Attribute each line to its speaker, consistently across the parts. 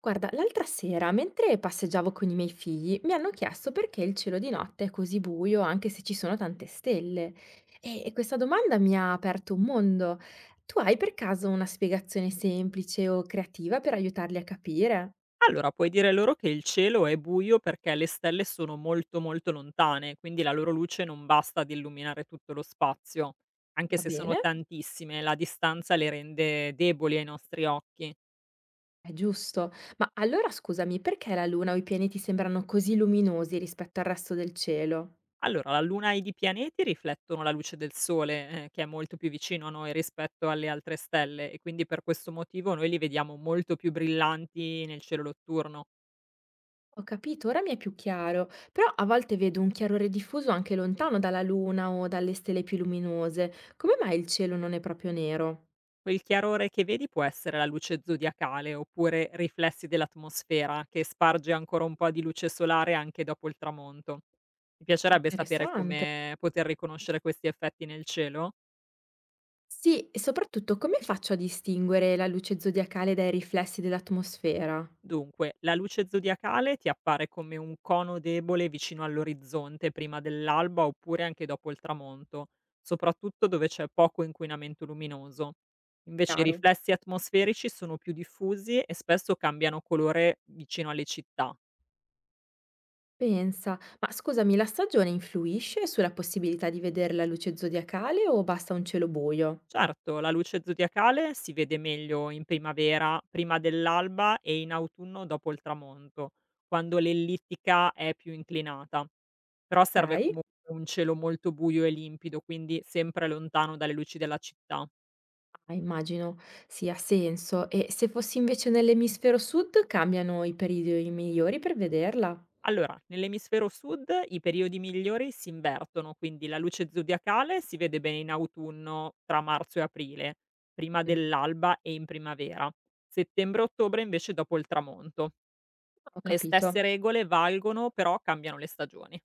Speaker 1: Guarda, l'altra sera, mentre passeggiavo con i miei figli, mi hanno chiesto perché il cielo di notte è così buio anche se ci sono tante stelle. E questa domanda mi ha aperto un mondo. Tu hai per caso una spiegazione semplice o creativa per aiutarli a capire?
Speaker 2: Allora, puoi dire loro che il cielo è buio perché le stelle sono molto lontane, quindi la loro luce non basta ad illuminare tutto lo spazio. Anche
Speaker 1: Va
Speaker 2: se sono
Speaker 1: bene?
Speaker 2: tantissime, la distanza le rende deboli ai nostri occhi.
Speaker 1: È giusto. Ma allora scusami, perché la Luna o i pianeti sembrano così luminosi rispetto al resto del cielo?
Speaker 2: Allora, la Luna ed i pianeti riflettono la luce del Sole, che è molto più vicino a noi rispetto alle altre stelle, e quindi per questo motivo noi li vediamo molto più brillanti nel cielo notturno.
Speaker 1: Ho capito, ora mi è più chiaro, però a volte vedo un chiarore diffuso anche lontano dalla Luna o dalle stelle più luminose. Come mai il cielo non è proprio nero?
Speaker 2: Quel chiarore che vedi può essere la luce zodiacale oppure riflessi dell'atmosfera che sparge ancora un po' di luce solare anche dopo il tramonto. Ti piacerebbe sapere
Speaker 1: Interessante.
Speaker 2: come poter riconoscere questi effetti nel cielo?
Speaker 1: Sì, e soprattutto come faccio a distinguere la luce zodiacale dai riflessi dell'atmosfera?
Speaker 2: Dunque, la luce zodiacale ti appare come un cono debole vicino all'orizzonte prima dell'alba oppure anche dopo il tramonto, soprattutto dove c'è poco inquinamento luminoso. Invece i
Speaker 1: Caro.
Speaker 2: riflessi atmosferici sono più diffusi e spesso cambiano colore vicino alle città.
Speaker 1: Pensa, ma scusami, la stagione influisce sulla possibilità di vedere la luce zodiacale o basta un cielo buio?
Speaker 2: Certo, la luce zodiacale si vede meglio in primavera, prima dell'alba e in autunno dopo il tramonto, quando l'ellittica è più inclinata. Però serve
Speaker 1: Ok.
Speaker 2: comunque un cielo molto buio e limpido, quindi sempre lontano dalle luci della città.
Speaker 1: Ah, immagino, sì, ha senso. E se fossi invece nell'emisfero sud, cambiano i periodi migliori per vederla?
Speaker 2: Allora, nell'emisfero sud i periodi migliori si invertono, quindi la luce zodiacale si vede bene in autunno tra marzo e aprile, prima
Speaker 1: Mm,
Speaker 2: dell'alba e in primavera. Settembre-ottobre invece dopo il tramonto.
Speaker 1: ho
Speaker 2: Le stesse
Speaker 1: capito,
Speaker 2: regole valgono, però cambiano le stagioni.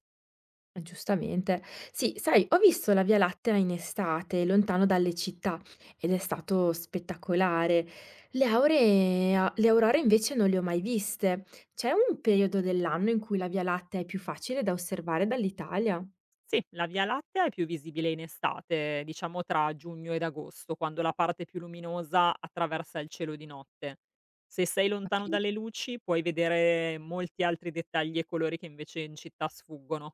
Speaker 1: giustamente. Sì, sai, ho visto la Via Lattea in estate, lontano dalle città, ed è stato spettacolare. Le auree, le aurore invece non le ho mai viste. C'è un periodo dell'anno in cui la Via Lattea è più facile da osservare dall'Italia?
Speaker 2: Sì, la Via Lattea è più visibile in estate, diciamo tra giugno ed agosto, quando la parte più luminosa attraversa il cielo di notte. Se sei lontano
Speaker 1: Capito.
Speaker 2: dalle luci puoi vedere molti altri dettagli e colori che invece in città sfuggono.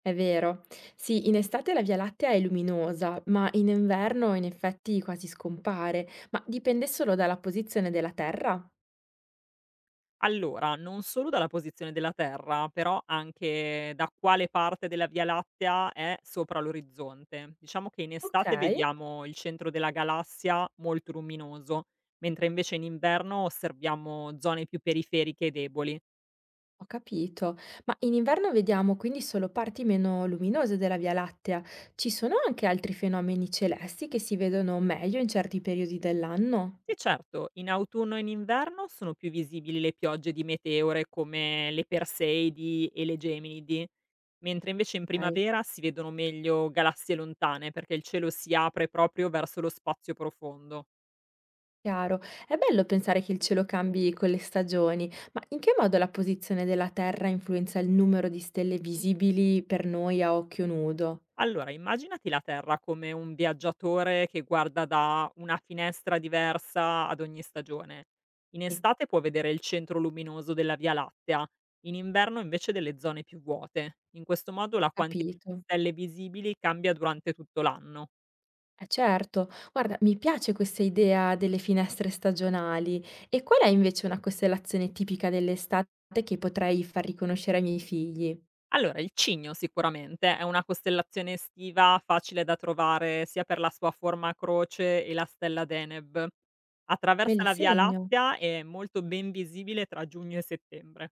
Speaker 1: È vero. Sì, in estate la Via Lattea è luminosa, ma in inverno in effetti quasi scompare. Ma dipende solo dalla posizione della Terra?
Speaker 2: Allora, non solo dalla posizione della Terra, però anche da quale parte della Via Lattea è sopra l'orizzonte. Diciamo che in
Speaker 1: Ok.
Speaker 2: estate vediamo il centro della galassia molto luminoso, mentre invece in inverno osserviamo zone più periferiche e deboli.
Speaker 1: Ho capito. Ma in inverno vediamo quindi solo parti meno luminose della Via Lattea. Ci sono anche altri fenomeni celesti che si vedono meglio in certi periodi dell'anno?
Speaker 2: E certo, in autunno e in inverno sono più visibili le piogge di meteore come le Perseidi e le Geminidi, mentre invece in
Speaker 1: Ok.
Speaker 2: primavera si vedono meglio galassie lontane perché il cielo si apre proprio verso lo spazio profondo.
Speaker 1: Chiaro. È bello pensare che il cielo cambi con le stagioni, ma in che modo la posizione della Terra influenza il numero di stelle visibili per noi a occhio nudo?
Speaker 2: Allora, immaginati la Terra come un viaggiatore che guarda da una finestra diversa ad ogni stagione. In
Speaker 1: Sì,
Speaker 2: estate può vedere il centro luminoso della Via Lattea, in inverno invece delle zone più vuote. In questo modo la quantità di
Speaker 1: capito.
Speaker 2: stelle visibili cambia durante tutto l'anno.
Speaker 1: Eh certo. Guarda, mi piace questa idea delle finestre stagionali. E qual è invece una costellazione tipica dell'estate che potrei far riconoscere ai miei figli?
Speaker 2: Allora, il Cigno sicuramente è una costellazione estiva facile da trovare sia per la sua forma a croce e la stella Deneb.
Speaker 1: Me
Speaker 2: Attraversa
Speaker 1: li
Speaker 2: la Via
Speaker 1: segno.
Speaker 2: Lattea e è molto ben visibile tra giugno e settembre.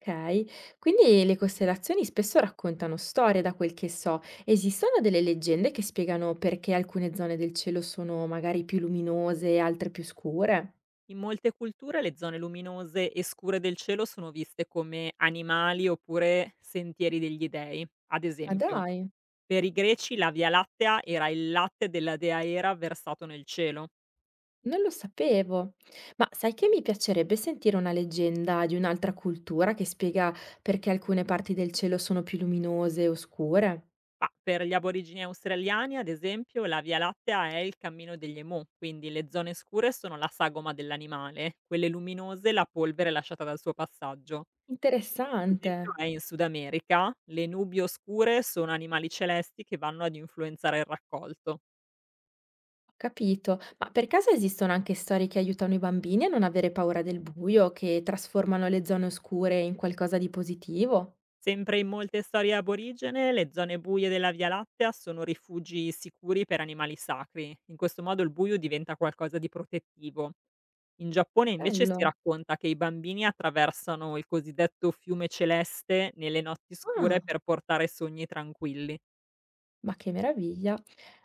Speaker 1: Okay. Quindi le costellazioni spesso raccontano storie, da quel che so. Esistono delle leggende che spiegano perché alcune zone del cielo sono magari più luminose e altre più scure?
Speaker 2: In molte culture le zone luminose e scure del cielo sono viste come animali oppure sentieri degli dei. Ad
Speaker 1: Ma
Speaker 2: esempio,
Speaker 1: dai,
Speaker 2: per i greci la Via Lattea era il latte della dea Era versato nel cielo,
Speaker 1: non lo sapevo. Ma sai che mi piacerebbe sentire una leggenda di un'altra cultura che spiega perché alcune parti del cielo sono più luminose o scure?
Speaker 2: ma per gli aborigini australiani, ad esempio, la Via Lattea è il cammino degli emu, quindi le zone scure sono la sagoma dell'animale, quelle luminose la polvere lasciata dal suo passaggio. Altro
Speaker 1: Interessante.
Speaker 2: esempio è in Sud America, le nubi oscure sono animali celesti che vanno ad influenzare il raccolto.
Speaker 1: Capito. Ma per caso esistono anche storie che aiutano i bambini a non avere paura del buio, che trasformano le zone oscure in qualcosa di positivo?
Speaker 2: Sempre in molte storie aborigene, le zone buie della Via Lattea sono rifugi sicuri per animali sacri. In questo modo il buio diventa qualcosa di protettivo. In Giappone invece si
Speaker 1: Bello.
Speaker 2: racconta che i bambini attraversano il cosiddetto fiume celeste nelle notti
Speaker 1: Ah,
Speaker 2: scure per portare sogni tranquilli.
Speaker 1: ma che meraviglia.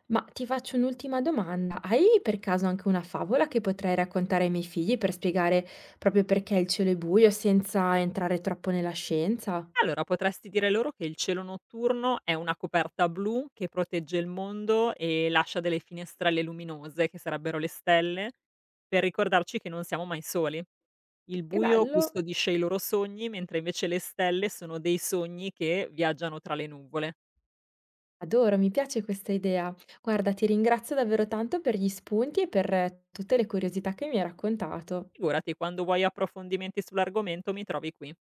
Speaker 1: Ma ti faccio un'ultima domanda. Hai per caso anche una favola che potrei raccontare ai miei figli per spiegare proprio perché il cielo è buio senza entrare troppo nella scienza?
Speaker 2: Allora potresti dire loro che il cielo notturno è una coperta blu che protegge il mondo e lascia delle finestrelle luminose, che sarebbero le stelle, per ricordarci che non siamo mai soli. Il
Speaker 1: Che
Speaker 2: buio
Speaker 1: bello.
Speaker 2: custodisce i loro sogni, mentre invece le stelle sono dei sogni che viaggiano tra le nuvole.
Speaker 1: Adoro, mi piace questa idea. Guarda, ti ringrazio davvero tanto per gli spunti e per tutte le curiosità che mi hai raccontato.
Speaker 2: Figurati, quando vuoi approfondimenti sull'argomento mi trovi qui.